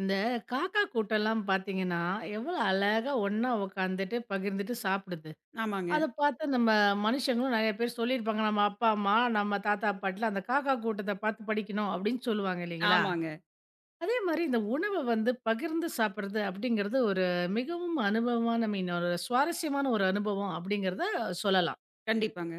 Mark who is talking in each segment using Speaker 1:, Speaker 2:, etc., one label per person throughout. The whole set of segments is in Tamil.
Speaker 1: இந்த காக்கா கூட்டம்லாம் பார்த்தீங்கன்னா, எவ்வளோ அழகா ஒண்ணா உட்காந்துட்டு, பகிர்ந்துட்டு சாப்பிடுது.
Speaker 2: ஆமாங்க,
Speaker 1: அத பார்த்து நம்ம மனுஷங்களும் நெறைய பேர் சொல்லியிருப்பாங்க. நம்ம அப்பா, அம்மா, நம்ம தாத்தா, பாட்டிலாம் அந்த காக்கா கூட்டத்த பார்த்து படிக்கணும் அப்படின்னு சொல்லுவாங்க இல்லைங்களா?
Speaker 2: ஆமாங்க.
Speaker 1: அதே மாரி இந்த உணவ வந்து பகிர்ந்து சாப்பிடுறது அப்படிங்கிறது ஒரு மிகவும் அனுபவமான ஐ மீன் ஒரு சுவாரஸ்யமான ஒரு அனுபவம் அப்படிங்கிறத சொல்லலாம்.
Speaker 2: கண்டிப்பாங்க,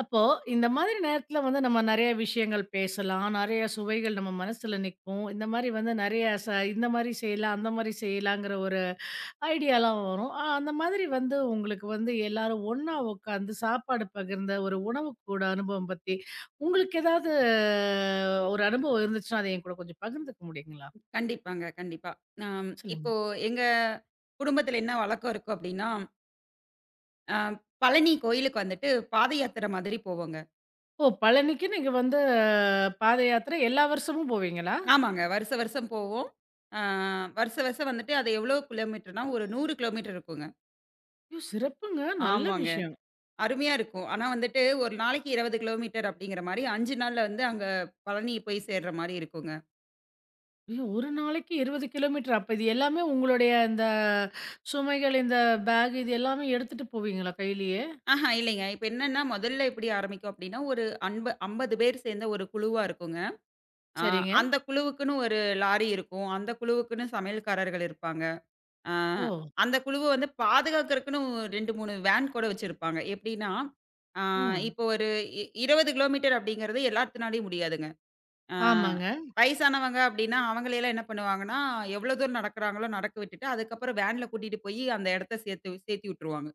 Speaker 1: அப்போ இந்த மாதிரி நேரத்தில வந்து நம்ம நெறைய விஷயங்கள் பேசலாம். நெறைய சுவைகள் நம்ம மனசுல நிக்கும். இந்த மாரி வந்து நெறைய இந்த மாரி செய்யலாம், அந்த மாரி செய்யலாங்கிற ஒரு ஐடியாலாம் வரும். அந்த மாதிரி வந்து உங்களுக்கு வந்து எல்லாரும் ஒண்ணா உட்காந்து சாப்பாடு பகிர்ந்த ஒரு உணவுக்கூட அனுபவம் பத்தி, உங்களுக்கு ஏதாவது ஒரு அனுபவம் இருந்துச்சுன்னா, அத என் கூட கொஞ்சம் பகிர்ந்துக்க முடியுங்களா?
Speaker 2: கண்டிப்பாங்க, கண்டிப்பா. ஆம்,
Speaker 1: சொல்லுங்க.
Speaker 2: இப்போ எங்க குடும்பத்தில என்ன வழக்கம் இருக்கும் அப்டின்னா, அ பழனி கோயிலுக்கு வந்துட்டு பாத யாத்திரை மாதிரி போவோங்க.
Speaker 1: ஓ! பழனிக்கு நீங்க வந்து பாத யாத்திரை எல்லா வருஷமும் போவீங்களா?
Speaker 2: ஆமாங்க. வருஷ வருஷம் போவோம். ஆ வருஷ வருஷம் வந்துட்டு அது எவ்வளோ கிலோமீட்டர்னா, ஒரு 100 கிலோமீட்டர் இருக்குங்க.
Speaker 1: ஐயோ! சிறப்புங்க. நல்ல
Speaker 2: ஆமாங்க.
Speaker 1: விஷயம்.
Speaker 2: அருமையா இருக்கும். ஆனா வந்துட்டு, ஒரு நாளைக்கு 20 கிலோமீட்டர் அப்டிங்கிற மாரி 5 நாள்ல வந்து அங்க பழனி போய் சேர்ற மாரி இருக்குங்க.
Speaker 1: ஐயோ! ஒரு நாளைக்கு 20 கிலோமீட்டர். அப்ப இது எல்லாமே உங்களுடைய இந்த சுமைகள், இந்த பேக் இது எல்லாமே எடுத்துட்டு போவீங்களா கையிலேயே?
Speaker 2: ஆஹா, இல்லைங்க. இப்ப என்னன்னா, முதல்ல எப்டி ஆரம்பிக்கும் அப்டின்னா, ஒரு 50 பேர் சேர்ந்த ஒரு குழுவா இருக்குங்க. ஆ
Speaker 1: சரிங்க.
Speaker 2: அந்த குழுவுக்குன்னு ஒரு லாரி இருக்கும். அந்த குழுவுக்குன்னு சமையல்காரர்கள் இருப்பாங்க. ஆ
Speaker 1: ஓ!
Speaker 2: அந்த குழுவ வந்து பாதுகாக்கறக்குன்னு 2, 3 வேன் கூட வச்சிருப்பாங்க. எப்படின்னா, ஆ
Speaker 1: ம்.
Speaker 2: இப்போ ஒரு 20 கிலோமீட்டர் அப்படிங்கிறது எல்லாத்துனாலயும் முடியாதுங்க. ஆ
Speaker 1: ஆமாங்க.
Speaker 2: வயசானவங்க அப்படின்னா, அவங்களையெல்லாம் என்ன பண்ணுவாங்கன்னா, எவ்வளோ தூரம் நடக்கிறாங்களோ நடக்க விட்டுட்டு, அதுக்கப்புறம் வேன்ல கூட்டிட்டு போயி அந்த இடத்த சேர்த்தி விட்டுருவாங்க.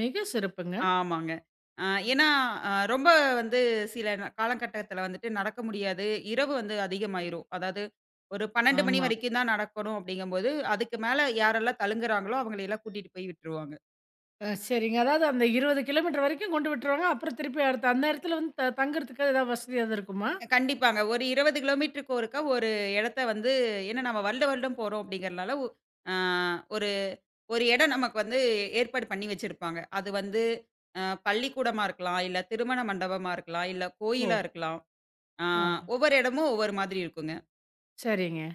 Speaker 1: மிக சிறப்புங்க.
Speaker 2: ஆமாங்க. அ ஏன்னா, ரொம்ப வந்து சில காலகட்டத்தில வந்துட்டு நடக்க முடியாது. இரவு வந்து அதிகமாயிரும். அதாவது ஒரு 12 மணி
Speaker 1: ஆமா.
Speaker 2: வரைக்கும் தான் நடக்கணும் அப்படிங்கும்போது, அதுக்கு மேல யாரெல்லாம் தழுங்குறாங்களோ, அவங்களையெல்லாம் கூட்டிட்டு போய் விட்டுருவாங்க.
Speaker 1: அ சரிங்க. அதாவது அந்த 20 கிலோமீட்டர் வரைக்கும் கொண்டு விட்டுருவாங்க. அப்புறம் திருப்பி அடுத்து அந்த இடத்துல வந்து தங்குறதுக்கு ஏதாவது வசதி எதுவும் இருக்குமா?
Speaker 2: கண்டிப்பாங்க. ஒரு 20 கிலோமீட்டருக்கு ஒருக்கா ஒரு இடத்த வந்து, ஏன்னா நம்ம வருட வருடம் போறோம் அப்படிங்கிறனால, ஒ அ ஒரு ஒரு இடம் நமக்கு வந்து ஏற்பாடு பண்ணி வச்சிருப்பாங்க. அது வந்து பள்ளிக்கூடமா இருக்கலாம், இல்ல திருமண மண்டபமா இருக்கலாம், இல்ல கோயிலா
Speaker 1: ஓ!
Speaker 2: இருக்கலாம். அ
Speaker 1: ஆ
Speaker 2: ஒவ்வொரு இடமும் ஒவ்வொரு மாதிரி இருக்குங்க.
Speaker 1: சரிங்க.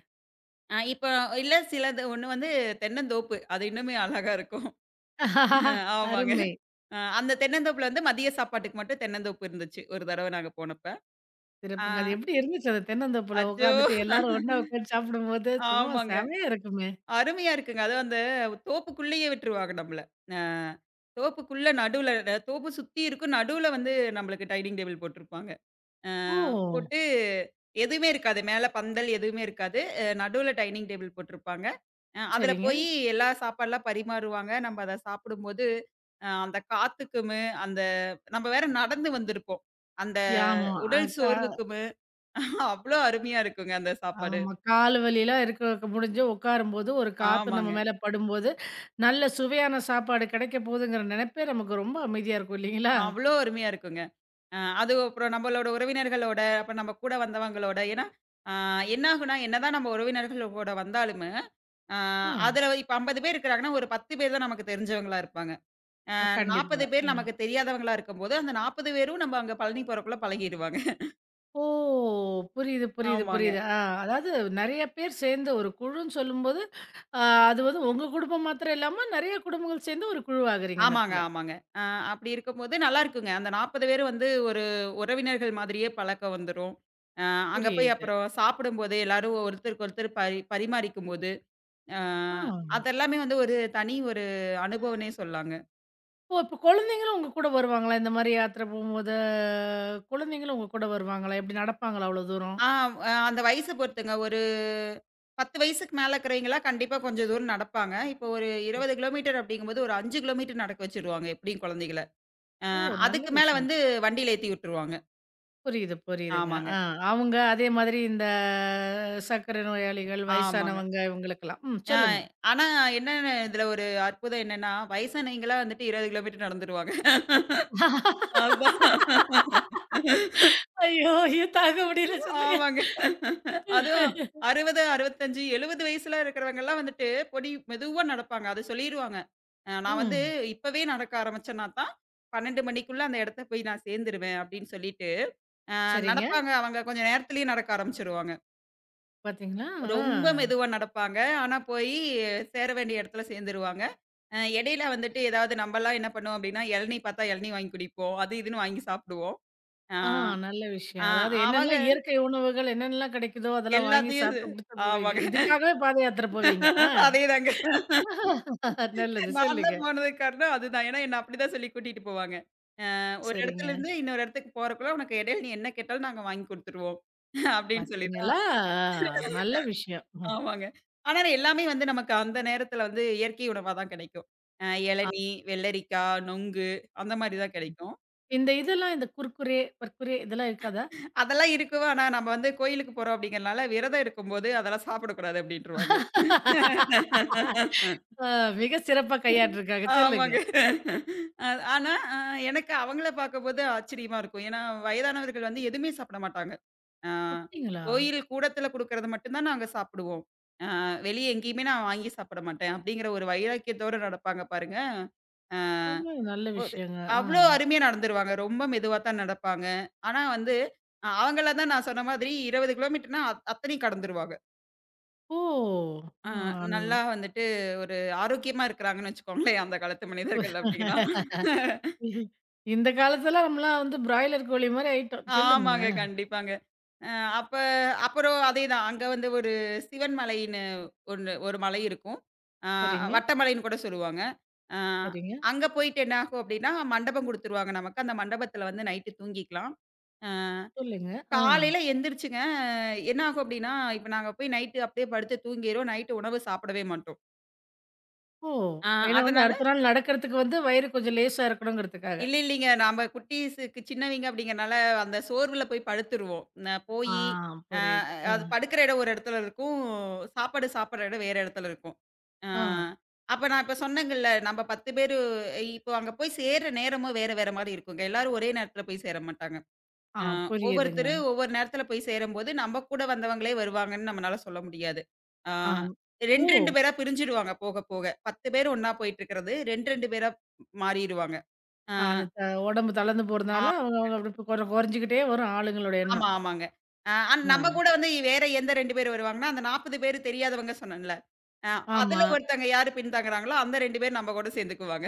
Speaker 2: இப்போ இல்ல சிலது ஒண்ணு வந்து தென்னந்தோப்பு. அது இன்னுமே அழகா இருக்கும். ஆமாங்க.
Speaker 1: அருமை.
Speaker 2: அந்த தென்னந்தோப்புல வந்து மதிய சாப்பாட்டுக்கு மட்டும் தென்னந்தோப்பு இருந்துச்சு. ஒரு தடவ நாங்க போனப்ப. ஆ
Speaker 1: சிறப்புங்க. அது எப்படி இருந்துச்சு அந்த தென்னந்தோப்புல
Speaker 2: அச்சோ!
Speaker 1: உட்காந்துட்டு எல்லாரும் ஒண்ணா உட்காந்து சாப்பிடும்போது? சும்மா
Speaker 2: ஆமாங்க.
Speaker 1: செமையா இருக்குமே!
Speaker 2: அருமையா இருக்குங்க. அதுவும் அந்த தோப்புக்குள்ளேயே விட்டுருவாங்க நம்மள. அ தோப்புக்குள்ள நடுவுல தோப்பு சுத்தி இருக்கும். நடுவுல வந்து நம்மளுக்கு டைனிங் டேபிள் போட்டிருப்பாங்க. அ
Speaker 1: ஓ!
Speaker 2: போட்டு எதுவுமே இருக்காது. மேல பந்தல் எதுவுமே இருக்காது. நடுவுல டைனிங் டேபிள் போட்டிருப்பாங்க. அதுல
Speaker 1: சரிங்க.
Speaker 2: போயி எல்லா சாப்பாடுலாம் பரிமாறுவாங்க. நம்ம அத சாப்பிடும்போது, அந்த காத்துக்குமு, அந்த நம்ம வேற நடந்து வந்திருப்போம். அந்த
Speaker 1: ஆமா. அ
Speaker 2: உடல்
Speaker 1: க
Speaker 2: சோர்வுக்குமு அவ்ளோ அருமையா இருக்குங்க அந்த சாப்பாடு.
Speaker 1: ஆமா. கால் வலிலாம் இருக்க முடிஞ்சு உட்காரும்போது, ஒரு காத்து
Speaker 2: ஆமாங்க.
Speaker 1: நம்ம மேல படும்போது, நல்ல சுவையான சாப்பாடு கிடைக்க போகுதுங்கிற நினைப்பே நமக்கு ரொம்ப அமைதியா இருக்கும் இல்லைங்களா?
Speaker 2: அவ்ளோ அருமையா இருக்குங்க. அது அப்புறம் நம்மளோட உறவினர்களோட, அப்ப நம்ம கூட வந்தவங்களோட, ஏன்னா, அ என்ன ஆகும்னா, என்னதான் நம்ம உறவினர்களோட வந்தாலுமு, ஆ
Speaker 1: ம்.
Speaker 2: அதுல இப்ப 50 பேர் இருக்கிறாங்கன்னா, ஒரு 10 பேர் தான் நமக்கு தெரிஞ்சவங்களா இருப்பாங்க.
Speaker 1: கண்டிப்பா.
Speaker 2: 40 பேர் நமக்கு தெரியாதவங்களா இருக்கும்போது, அந்த 40 பேரும் நம்ம அங்க பழனி போறக்குள்ள பழகிருவாங்க.
Speaker 1: ஓ! புரியுது, புரியுது,
Speaker 2: ஆமாங்க.
Speaker 1: புரியுது. ஆ அதாவது நெறைய பேர் சேர்ந்த ஒரு குழுன்னு சொல்லும்போது, ஆ அது வந்து உங்க குடும்பம் மாத்திரம் இல்லாம நெறைய குடும்பங்கள் சேர்ந்து ஒரு குழுவாகுறீங்க அந்த
Speaker 2: ஆமாங்க,
Speaker 1: இடத்துல.
Speaker 2: ஆமாங்க. அ அப்படி இருக்கும்போது நல்லாருக்குங்க. அந்த 40 பேரும் வந்து ஒரு உறவினர்கள் மாதிரியே பழக்கம் வந்துரும். அ அங்க போய்
Speaker 1: புரியுது.
Speaker 2: அப்புறம் சாப்பிடும்போது எல்லாரும் ஒருத்தருக்கு ஒருத்தர் பரிமாறிக்கும்போது, அ
Speaker 1: ஆ.
Speaker 2: அதெல்லாமே வந்து ஒரு தனி ஒரு அனுபவம்னே சொல்லாங்க.
Speaker 1: ஓ! இப்ப குழந்தைங்களும் உங்க கூட வருவாங்களா? இந்த மாரி யாத்திரை போம்போது, குழந்தைங்களும் உங்க கூட வருவாங்களா? எப்படி நடப்பாங்களா அவ்வளோ தூரம்?
Speaker 2: ஆ, அ அந்த வயசு பொறுத்துங்க. ஒரு 10 வயசுக்கு மேல இருக்கிறவைங்கலாம் கண்டிப்பா கொஞ்சம் தூரம் நடப்பாங்க. இப்போ ஒரு 20 கிலோமீட்டர் அப்படிங்கும்போது, ஒரு 5 கிலோமீட்டர் நடக்க வச்சுருவாங்க எப்படியும் குழந்தைகள. அ
Speaker 1: ஓ! நல்ல
Speaker 2: அதுக்கு மேல
Speaker 1: விஷயம்.
Speaker 2: வந்து வண்டியில ஏத்தி விட்டுருவாங்க.
Speaker 1: புரியுது, புரியுதுங்க.
Speaker 2: ஆமாங்க,
Speaker 1: ஆ அவங்க அதே மாதிரி இந்த சர்க்கரை நோயாளிகள்,
Speaker 2: ஆமாங்க.
Speaker 1: வயசானவங்க இவங்களுக்கெல்லாம். ம்
Speaker 2: அ
Speaker 1: சொல்லுங்க.
Speaker 2: ஆனா என்ன இதுல ஒரு அற்புதம் என்னன்னா, வயசானவைங்கலாம் வந்துட்டு 20 கிலோமீட்டர் நடந்துருவாங்க. அதான்.
Speaker 1: ஐயோ! ஐயோ! தாங்க முடியல சொல்லுங்க.
Speaker 2: ஆமாங்க. அதுவும் 60, 65, 70 வயசுல இருக்கிறவங்கலாம் வந்துட்டு பொடி மெதுவா நடப்பாங்க. அது சொல்லிருவாங்க. நான் வந்து
Speaker 1: ம்.
Speaker 2: இப்பவே நடக்க ஆரம்பிச்சேன்னா தான் 12 மணிக்குள்ள அந்த இடத்த போய் நான் சேர்ந்துருவேன் அப்படின்னு சொல்லிட்டு, அ
Speaker 1: சரிங்க.
Speaker 2: நடப்பாங்க. அவங்க கொஞ்சம் நேரத்திலேயே நடக்க ஆரம்பிச்சுருவாங்க.
Speaker 1: பார்த்தீங்களா? ஆ.
Speaker 2: ரொம்ப மெதுவா நடப்பாங்க. ஆனா போய் சேர வேண்டிய இடத்துல சேர்ந்துருவாங்க. இடையில வந்துட்டு ஏதாவது நம்மலாம் என்ன பண்ணுவோம் அப்படின்னா, இளநீ பார்த்தா இளநீ வாங்கி குடிப்போம். அது இதுன்னு வாங்கி சாப்பிடுவோம். அ
Speaker 1: ஆ நல்ல
Speaker 2: அ
Speaker 1: விஷயம். அதாவது
Speaker 2: அவங்க
Speaker 1: என்னென்னலாம் இயற்கை உணவுகள் என்னென்னலாம் கிடைக்குதோ, அதெல்லாம் வாங்கி
Speaker 2: எல்லாத்தையும்.
Speaker 1: சாப்பிட்டு முடிச்சுட்டு போவீங்க.
Speaker 2: ஆமாங்க.
Speaker 1: இதுக்காகவே பாத யாத்திரை போவீங்க. ஆ.
Speaker 2: அதேதாங்க.
Speaker 1: நல்லது. சொல்லுங்க.
Speaker 2: நான்லாம் போனதுக்கு காரணம் அதுதான். ஏன்னா என்ன அப்படிதான் சொல்லி கூட்டிட்டு போவாங்க. ஒரு
Speaker 1: சரிங்க.
Speaker 2: இடத்துல இருந்து இன்னொரு இடத்துக்கு போறக்குள்ள உனக்கு இடையில நீ என்ன கேட்டாலும் நாங்க வாங்கி குடுத்துருவோம். அப்படின்னு சொல்லி தான்.
Speaker 1: பார்த்தீங்களா? ஆ நல்ல விஷயம். அ.
Speaker 2: ஆமாங்க. ஆனா எல்லாமே வந்து நமக்கு அந்த நேரத்துல வந்து இயற்கை உணவா தான் கிடைக்கும். இளநீ, வெள்ளரிக்காய், நொங்கு, அந்த மாரி தான் கிடைக்கும்.
Speaker 1: இந்த இதெல்லாம் இந்த குர்குரே, பர்குரே இதெல்லாம் இருக்காதா?
Speaker 2: அதெல்லாம் இருக்கும். ஆனா நம்ம வந்து கோயிலுக்கு போறோம் அப்படிங்கிறனால விரதம் இருக்கும்போது அதெல்லாம் சாப்பிடக்கூடாது அப்படின்ருவாங்க.
Speaker 1: ஆ மிக சிறப்பா கையாண்டுருக்காங்க. சொல்லுங்க.
Speaker 2: ஆமாங்க. அ ஆனா, எனக்கு அவங்கள பார்க்கும்போது ஆச்சரியமா இருக்கும். ஏன்னா, வயதானவர்கள் வந்து எதுவுமே சாப்பிட மாட்டாங்க. ஆ
Speaker 1: அப்படிங்களா?
Speaker 2: கோயில் கூடத்தில குடுக்கறது மட்டும் தான் நாங்க சாப்பிடுவோம். ஆ வெளிய எங்கேயுமே நான் வாங்கி சாப்பிட மாட்டேன். அப்படிங்கிற ஒரு வைராக்கியத்தோட நடப்பாங்க பாருங்க. ஆ
Speaker 1: ரொம்ப நல்ல
Speaker 2: ஒரு
Speaker 1: விஷயங்க. ஆ.
Speaker 2: அவ்ளோ அருமையா நடந்துருவாங்க. ரொம்ப மெதுவா தான் நடப்பாங்க. ஆனா வந்து, அவங்கள தான் நான் சொன்ன மாதிரி 20 கிலோமீட்டர்னா அத்தனையும் கடந்துருவாங்க.
Speaker 1: ஓ!
Speaker 2: ஆ நல்லா வந்துட்டு ஒரு ஆரோக்கியமா இருக்கிறாங்கன்னு வச்சுக்கோங்களேன். அந்த காலத்து மனிதர்கள் அப்படின்னா.
Speaker 1: ஆ. இந்த காலத்துல நம்மலாம் வந்து பிராய்லர் கோழி மாரி ஆயிட்டோம். சொல்லுங்க.
Speaker 2: ஆமாங்க. கண்டிப்பாங்க. அ அப்ப அப்புறம் அதேதான். அங்க வந்து ஒரு சிவன் மலைன்னு ஒண்ணு ஒரு மலை இருக்கும். அ
Speaker 1: சரிங்க,
Speaker 2: வட்டமலைன்னு கூட சொல்லுவாங்க. அ
Speaker 1: சரிங்க.
Speaker 2: அங்க போயிட்டு என்ன ஆகும் அப்டின்னா, மண்டபம் குடுத்துருவாங்க நமக்கு. அந்த மண்டபத்துல வந்து நைட்டு தூங்கிக்கலாம். அ
Speaker 1: சொல்லுங்க. ஆ.
Speaker 2: காலையில எந்திரிச்சுங்க என்ன ஆகும் அப்டின்னா, இப்ப நாங்க போய் நைட்டு அப்டியே படுத்து தூங்கிருவோம். நைட்டு உணவு சாப்பிடவே மாட்டோம்.
Speaker 1: ஓ!
Speaker 2: அ
Speaker 1: ஏன்னா வந்து
Speaker 2: அதனால
Speaker 1: அடுத்த நாள் நடக்கிறதுக்கு வந்து வயிறு கொஞ்சம் லேசா இருக்கணுங்கிறதுக்காக.
Speaker 2: இல்ல, இல்லீங்க. நாம குட்டீஸுக்கு சின்னவைங்க அப்படிங்கிறனால, அந்த சோர்வுல போய் படுத்துருவோம்.
Speaker 1: ஆ
Speaker 2: போயி, அ
Speaker 1: புரியுது. ஆ,
Speaker 2: அது படுக்கிற இடம் ஒரு இடத்துல இருக்கும். சாப்பாடு சாப்பிடுற இடம் வேற இடத்துல இருக்கும். அ
Speaker 1: ஆ,
Speaker 2: அப்ப நான் இப்ப சொன்னேங்கல்ல, நம்ம 10 பேரு இப்போ அங்க போய் சேர்ற நேரமும் வேற வேற மாரி இருக்குங்க. எல்லாரும் ஒரே நேரத்துல போய் சேர மாட்டாங்க.
Speaker 1: ஆ
Speaker 2: அ
Speaker 1: புரியுதுங்க.
Speaker 2: ஒவ்வொருத்தரு ஒவ்வொரு நேரத்துல போய் சேரும்போது, நம்ம கூட வந்தவங்களே வருவாங்கன்னு நம்மனால சொல்ல முடியாது. அ
Speaker 1: ஆம். ஓ!
Speaker 2: 2, 2 பேரா பிரிஞ்சுடுவாங்க போக போக. 10 பேர் ஒண்ணா போயிட்டுருக்கிறது, 2, 2 பேரா மாறிருவாங்க. அ
Speaker 1: அந்த உடம்பு தளர்ந்து போறதுனால
Speaker 2: ஆ
Speaker 1: அவங்க அவங்க அப்படி கொறஞ்சுக்கிட்டே வரும் ஆளுங்களோட
Speaker 2: ஆமா,
Speaker 1: எண்ணம்.
Speaker 2: ஆமாங்க. அ அன்
Speaker 1: ஆ.
Speaker 2: நம்ம கூட வந்து வேற எந்த 2 பேர் வருவாங்கன்னா, அந்த 40 பேரு தெரியாதவங்க சொன்னேன்ல. அ அதுல
Speaker 1: ஆமா.
Speaker 2: ஒருத்தங்க யாரு பின்தங்குறாங்களோ, அந்த 2 பேர் நம்ம கூட சேர்ந்துக்குவாங்க.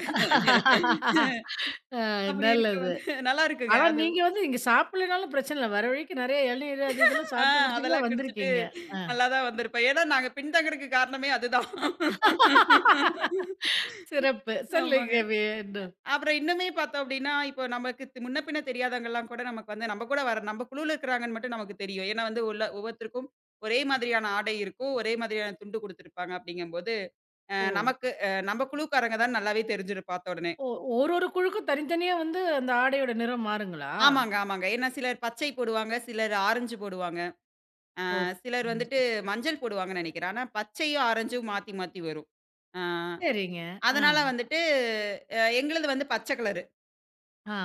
Speaker 2: அப்படி இருக்க
Speaker 1: நல்லது.
Speaker 2: வந்து நல்லா இருக்குங்க.
Speaker 1: ஆனா
Speaker 2: அது
Speaker 1: நீங்க வந்து நீங்க சாப்பிடலனாலும் பிரச்சனை இல்ல. வர வழிக்கு நெறைய இளநீர் அது இதெல்லாம்
Speaker 2: ஆ
Speaker 1: சாப்பிட்டு குடிச்சுட்டு தான்
Speaker 2: அதெல்லாம் குடிச்சுட்டு
Speaker 1: வந்திருக்கீங்க.
Speaker 2: நல்லா தான் வந்திருப்பேன். ஏன்னா நாங்க பின்தங்குறதுக்கு காரணமே அதுதான்.
Speaker 1: ஆ. சிறப்பு.
Speaker 2: ஆமாங்க.
Speaker 1: சொல்லுங்க வேணும்.
Speaker 2: அப்புறம் இன்னுமே பார்த்தோம் அப்படின்னா, இப்போ நமக்கு முன்ன பின்ன தெரியாதவங்கலாம் கூட நமக்கு வந்து நம்ம கூட வர நம்ம குழுவுல இருக்கிறாங்கன்னு மட்டும் நமக்கு தெரியும். ஏன்னா வந்து உள்ள ஒவ்வொருத்தருக்கும் ஒரே மாதிரியான ஆடை இருக்கும். ஒரே மாதிரியான துண்டு குடுத்துருப்பாங்க அப்படிங்கும்போது, அ
Speaker 1: ஓ!
Speaker 2: நமக்கு அ நம்ம குழுக்காரங்க தான் நல்லாவே தெரிஞ்சிரும் பார்த்த உடனே.
Speaker 1: ஓ! ஒரு ஒரு குழுக்கும் தனித்தனியா வந்து அந்த ஆடையோட நிறம் மாறுங்களா?
Speaker 2: ஆமாங்க, ஆமாங்க. ஏன்னா சிலர் பச்சை போடுவாங்க, சிலர் ஆரஞ்சு போடுவாங்க.
Speaker 1: ஓகே.
Speaker 2: சிலர்
Speaker 1: சரிங்க,
Speaker 2: வந்துட்டு
Speaker 1: சரிங்க.
Speaker 2: மஞ்சள் போடுவாங்கன்னு நெனைக்கிறேன். ஆனா பச்சையும், ஆரஞ்சும் மாத்தி மாத்தி வரும். அ
Speaker 1: சரிங்க. ஆ,
Speaker 2: அதனால வந்துட்டு எங்களுது வந்து பச்சை கலர்.
Speaker 1: ஆ.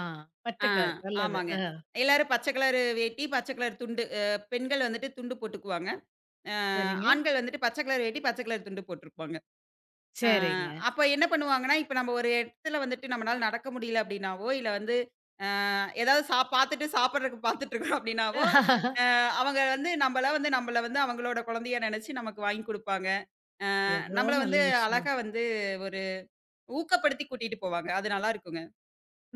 Speaker 2: ஆ,
Speaker 1: பச்சை கலர் நல்லது.
Speaker 2: ஆமாங்க.
Speaker 1: ஆ,
Speaker 2: எல்லாரும் பச்சை கலரு வேட்டி, பச்சை கலர் துண்டு. பெண்கள் வந்துட்டு துண்டு போட்டுக்குவாங்க. அ
Speaker 1: சரிங்க.
Speaker 2: ஆண்கள் வந்துட்டு பச்சை கலர் வேட்டி, பச்சை கலர் துண்டு போட்டுருப்பாங்க. அ
Speaker 1: சரிங்க.
Speaker 2: அப்ப என்ன பண்ணுவாங்கன்னா, இப்ப நம்ம ஒரு இடத்துல வந்துட்டு நம்மனால நடக்க முடியல அப்படின்னாவோ, இல்ல வந்து அ ஏதாவது சா பார்த்துட்டு சாப்பிடுறதுக்கு பார்த்துட்டு இருக்கோம் அப்படின்னாவோ, அ அவங்க வந்து நம்மள வந்து அவங்களோட குழந்தையா நினைச்சு நமக்கு வாங்கி குடுப்பாங்க.
Speaker 1: எவ்ளோ
Speaker 2: நம்மள
Speaker 1: நல்ல
Speaker 2: வந்து
Speaker 1: விஷயம்.
Speaker 2: அழகா வந்து ஒரு ஊக்கப்படுத்தி கூட்டிட்டு போவாங்க. அது நல்லா இருக்குங்க.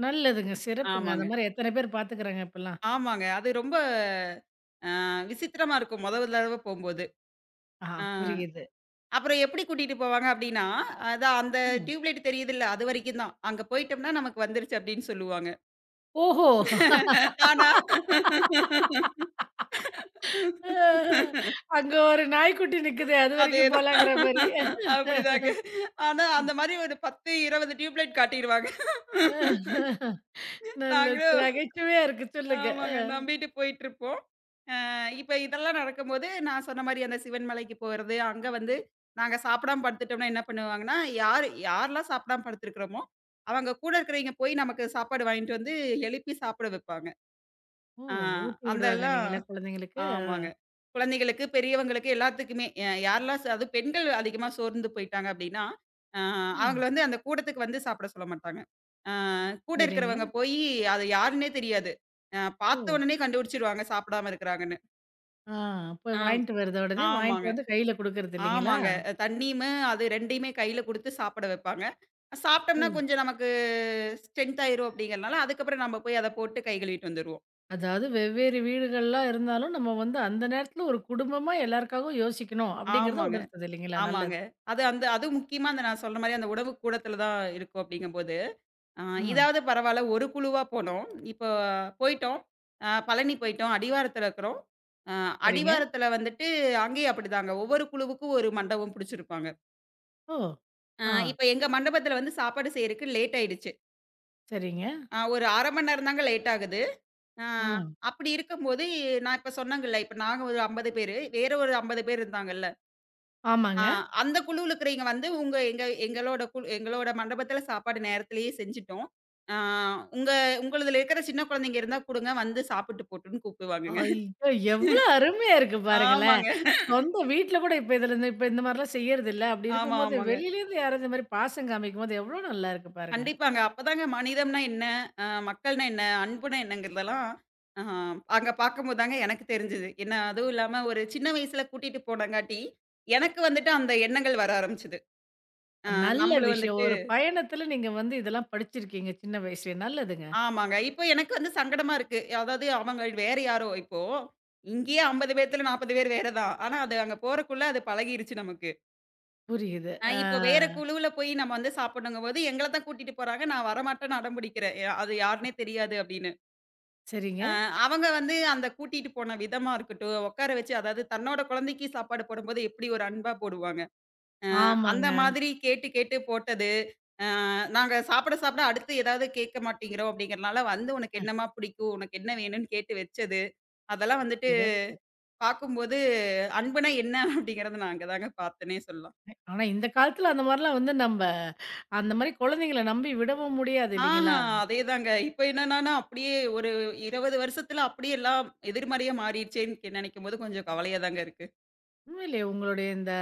Speaker 1: நல்லதுங்க, சிறப்புங்க.
Speaker 2: ஆமாங்க.
Speaker 1: அந்த மாரி எத்தன பேர் பாத்துக்கிறாங்க இப்பலாம்.
Speaker 2: ஆமாங்க. அது ரொம்ப விசித்திரமா இருக்கும் மொத தடவ போம்போது.
Speaker 1: ஆ,
Speaker 2: ஆ.
Speaker 1: புரியுது.
Speaker 2: அப்புறம் எப்படி கூட்டிட்டு போவாங்க அப்படின்னா, அதான் அந்த
Speaker 1: ம்.
Speaker 2: டியூப் லைட் தெரியுதுல்ல, அது வரைக்கும் தான். அங்க போயிட்டோம்னா நமக்கு வந்துருச்சு அப்படின்னு சொல்லுவாங்க.
Speaker 1: ஓஹோ!
Speaker 2: ஆனா
Speaker 1: அ அங்க ஒரு நாய்க்குட்டி நிக்குது. அதுவரைக்கும்
Speaker 2: அதேதான்.
Speaker 1: போலாங்கிற மாரி.
Speaker 2: அப்படிதாங்க. ஆனா அந்த மாரி ஒரு 10, 20 டியூப் லைட் காட்டிருவாங்க.
Speaker 1: நல்லது.
Speaker 2: நாங்களும்,
Speaker 1: நகைச்சுவையா இருக்கு. சொல்லுங்க.
Speaker 2: ஆமாங்க,
Speaker 1: அ.
Speaker 2: நம்பிட்டு போயிட்டுருப்போம். இப்ப இதெல்லாம் நடக்கும்போது, நான் சொன்ன மாரி அந்த சிவன் மலைக்கு போறது, அங்க வந்து நாங்க சாப்பிடாம படுத்துட்டோம்னா என்ன பண்ணுவாங்கன்னா, யார் யாரெல்லாம் சாப்பிடாம படுத்துருக்கிறோமோ, அவங்க கூட இருக்கிறவைங்க போய் நமக்கு சாப்பாடு வாங்கிட்டு வந்து எழுப்பி சாப்பிட வைப்பாங்க.
Speaker 1: ஓ!
Speaker 2: ஆ
Speaker 1: ஊட்டி விடுவாங்க
Speaker 2: அதெல்லாம்
Speaker 1: இல்லைங்களா குழந்தைங்களுக்கு? ஆ.
Speaker 2: ஆமாங்க. குழந்தைகளுக்கு, பெரியவங்களுக்கு எல்லாத்துக்குமே அ யாரெல்லாம் ச அதுவும் பெண்கள் அதிகமா சோர்ந்து போயிட்டாங்க அப்படின்னா, அ அவங்கள
Speaker 1: ம்.
Speaker 2: வந்து அந்த கூடத்துக்கு வந்து சாப்பிட சொல்ல மாட்டாங்க. அ கூட
Speaker 1: சரிங்க.
Speaker 2: இருக்கிறவங்க போயி அது யாருன்னே தெரியாது. பார்த்த
Speaker 1: ஓ!
Speaker 2: உடனே கண்டுபிடிச்சிருவாங்க சாப்பிடாம இருக்கிறாங்கன்னு.
Speaker 1: ஆ போய்
Speaker 2: ஆ
Speaker 1: வாங்கிட்டு வருது உடனே வாங்கிட்டு
Speaker 2: ஆமாங்க.
Speaker 1: வந்து கையில குடுக்கறது இல்லைங்களா?
Speaker 2: ஆமாங்க. தண்ணியுமே அது 2யுமே கையில குடுத்து சாப்பிட வைப்பாங்க. சாப்பிட்டோம்னா
Speaker 1: ம்.
Speaker 2: கொஞ்சம் நமக்கு ஸ்ட்ரென்த் ஆயிரும் அப்படிங்கிறனால, அதுக்கப்புறம் நம்ம போய் அத போட்டு கை கழுவிட்டு வந்துருவோம்.
Speaker 1: அதாவது வெவ்வேறு வீடுகள்லாம் இருந்தாலும், நம்ம வந்து அந்த நேரத்துல ஒரு குடும்பமா எல்லாருக்காகவும் யோசிக்கணும் அப்படிங்கிறத
Speaker 2: ஆமாங்க,
Speaker 1: உணர்த்துது இல்லைங்களா?
Speaker 2: ஆமாங்க.
Speaker 1: நல்லது.
Speaker 2: அது அந்த அதுவும் முக்கியமா அந்த நான் சொன்ன மாரி அந்த உணவு கூடத்துல தான் இருக்கும் அப்படிங்கும்போது, அ
Speaker 1: ஆ
Speaker 2: இதாவது பரவால்ல ஒரு குழுவா போனோம். இப்போ போயிட்டோம். பழனி போயிட்டோம். அடிவாரத்துல இருக்கிறோம். அ
Speaker 1: சரிங்க.
Speaker 2: அடிவாரத்துல வந்துட்டு அங்கேயும் அப்படிதாங்க. ஒவ்வொரு குழுவுக்கும் ஒரு மண்டபம் புடிச்சிருப்பாங்க.
Speaker 1: ஓ!
Speaker 2: அ
Speaker 1: ஆ
Speaker 2: இப்ப எங்க மண்டபத்துல வந்து சாப்பாடு செய்யறக்கு லேட் ஆயிடுச்சு.
Speaker 1: சரிங்க.
Speaker 2: ஒரு 1/2 மணி நேரம் தாங்க லேட் ஆகுது. ஆ
Speaker 1: ஆ
Speaker 2: அப்படி இருக்கும்போது நான் இப்ப சொன்னேங்கல்ல, இப்ப நாங்க ஒரு 50 பேரு, வேற ஒரு 50 பேர் இருந்தாங்கல்ல. ஆ
Speaker 1: ஆமாங்க.
Speaker 2: அந்த குழுவுல இருக்கிறவைங்க வந்து உங்க எங்க எங்களோட எங்களோட மண்டபத்துல சாப்பாடு நேரத்திலேயே செஞ்சுட்டோம். ஆ உங்க உங்களுதுல இருக்கிற சின்ன குழந்தைங்க இருந்தா குடுங்க, வந்து சாப்பிட்டு போட்டும்ன்னு கூப்பிடுவாங்கங்க.
Speaker 1: ஐயோ! எவ்வளோ அருமையா இருக்கு பாருங்களேன்!
Speaker 2: ஆமாங்க.
Speaker 1: சொந்த வீட்ல கூட இப்ப இதுல இந்த இப்ப இந்த மாரிலாம் செய்யறதில்ல. அப்படி
Speaker 2: ஆமா,
Speaker 1: இருக்கும்போது,
Speaker 2: ஆமாங்க.
Speaker 1: வெளியிலேருந்து யாராவது இந்த மாரி பாசம் காமிக்கும்போது, எவ்வளோ நல்லா இருக்கு பாருங்க.
Speaker 2: கண்டிப்பாங்க. அப்பதாங்க மனிதம்னா என்ன? மக்கள்னா என்ன? அன்புனா என்னங்கிறதெல்லாம் அ அங்க பார்க்கும்போது தாங்க எனக்கு தெரிஞ்சது. என்ன அதுவும் இல்லாம ஒரு சின்ன வயசுல கூட்டிட்டு போனங்காட்டி, எனக்கு வந்துட்டு அந்த எண்ணங்கள் வர ஆரம்பிச்சது. அ
Speaker 1: நல்ல
Speaker 2: நம்மளும்
Speaker 1: விஷயம்.
Speaker 2: வந்துட்டு
Speaker 1: ஒரு பயணத்துல நீங்க வந்து இதெல்லாம் படிச்சிருக்கீங்க சின்ன வயசுலயே. நல்லதுங்க.
Speaker 2: ஆமாங்க. இப்போ எனக்கு வந்து சங்கடமா இருக்கு. அதாவது அவங்க வேற யாரோ இப்போ. இங்கேயே 50 பேத்துல 40 பேர் வேற தான். ஆனா அது அங்க போறக்குள்ள அது பழகிருச்சு நமக்கு.
Speaker 1: புரியுது. ஆ
Speaker 2: இப்போ வேற குழுவுல போய் நம்ம வந்து சாப்பிடணுங்கும்போது, எங்கள தான் கூட்டிட்டு போறாங்க. நான் வரமாட்டேன்னு அடம் பிடிக்கிறேன். அது யாருன்னே தெரியாது அப்படின்னு. அ
Speaker 1: சரிங்க.
Speaker 2: அவங்க வந்து அந்த கூட்டிட்டு போன விதமா இருக்கட்டும், உட்கார வச்சு அதாவது தன்னோட குழந்தைக்கு சாப்பாடு போடும்போது எப்படி ஒரு அன்பா போடுவாங்க. அந்த
Speaker 1: ஆமாங்க.
Speaker 2: மாதிரி கேட்டு கேட்டு போட்டது, நாங்க சாப்பிட சாப்பிட அடுத்து ஏதாவது கேட்க மாட்டேங்கிறோம் அப்படிங்கிறனால வந்து "உனக்கு என்னம்மா பிடிக்கும்? உனக்கு என்ன வேணும்னு?" கேட்டு வச்சது, அதெல்லாம் வந்துட்டு
Speaker 1: சிறப்பு.
Speaker 2: பார்க்கும்போது அன்புனா என்ன அப்படிங்கிறத நான் அங்க தாங்க பார்த்தேன்னே சொல்லலாம்.
Speaker 1: ஆனா இந்த காலத்துல அந்த மாரிலாம் வந்து அந்த மாரி குழந்தைங்கள நம்பி விடவும் முடியாது
Speaker 2: ஆஹா,
Speaker 1: இல்லைங்களா?
Speaker 2: அதேதாங்க. இப்ப என்னன்னானா அப்படியே ஒரு 20 வருஷத்துல அப்படியே எல்லாம் எதிர்மறையா மாறிடுச்சேன்னு நெனைக்கும்போது கொஞ்சம் கவலையா தாங்க இருக்கு.
Speaker 1: உண்மையிலேயே உங்களுடைய இந்த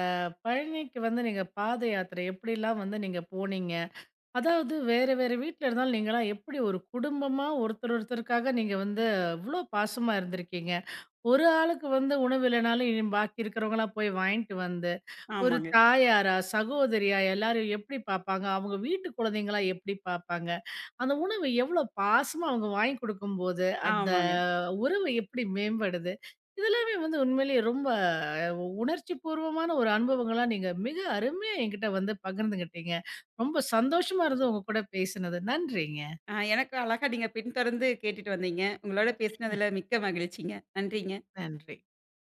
Speaker 1: பழனிக்கு வந்து நீங்க பாத யாத்திரை எப்படிலாம் வந்து நீங்க போனீங்க? அதாவது வேற வேற வீட்ல இருந்தாலும் நீங்கலாம் எப்படி ஒரு குடும்பமா ஒருத்தர் ஒருத்தருக்காக நீங்க வந்து இவ்ளோ பாசமா இருந்திருக்கீங்க. ஒரு ஆளுக்கு வந்து உணவு இல்லனாலும் பாக்கி இருக்கிறவங்கலாம் போய் வாங்கிட்டு வந்து, ஒரு
Speaker 2: ஆமாங்க,
Speaker 1: தாயாரா, சகோதரியா எல்லாரையும் எப்படி பாப்பாங்க? அவங்க வீட்டு குழந்தைங்களா எப்படி பாப்பாங்க? அந்த உணவு எவ்ளோ பாசமா அவங்க வாங்கி குடுக்கும்போது, அந்த
Speaker 2: ஆமாங்க.
Speaker 1: உறவு எப்படி மேம்படுது? இதெல்லாமே வந்து உண்மையிலேயே ரொம்ப உணர்ச்சிப்பூர்வமான ஒரு அனுபவங்களா நீங்க மிக அருமையா என்கிட்ட வந்து பகிர்ந்துகிட்டீங்க. ரொம்ப சந்தோஷமா இருந்தது உங்க கூட பேசினது. நன்றிங்க.
Speaker 2: ஆ, எனக்கு அழகா நீங்க பின்தொடர்ந்து கேட்டுட்டு வந்தீங்க. உங்களோட பேசினதுல மிக்க மகிழ்ச்சிங்க. நன்றிங்க.
Speaker 1: நன்றி.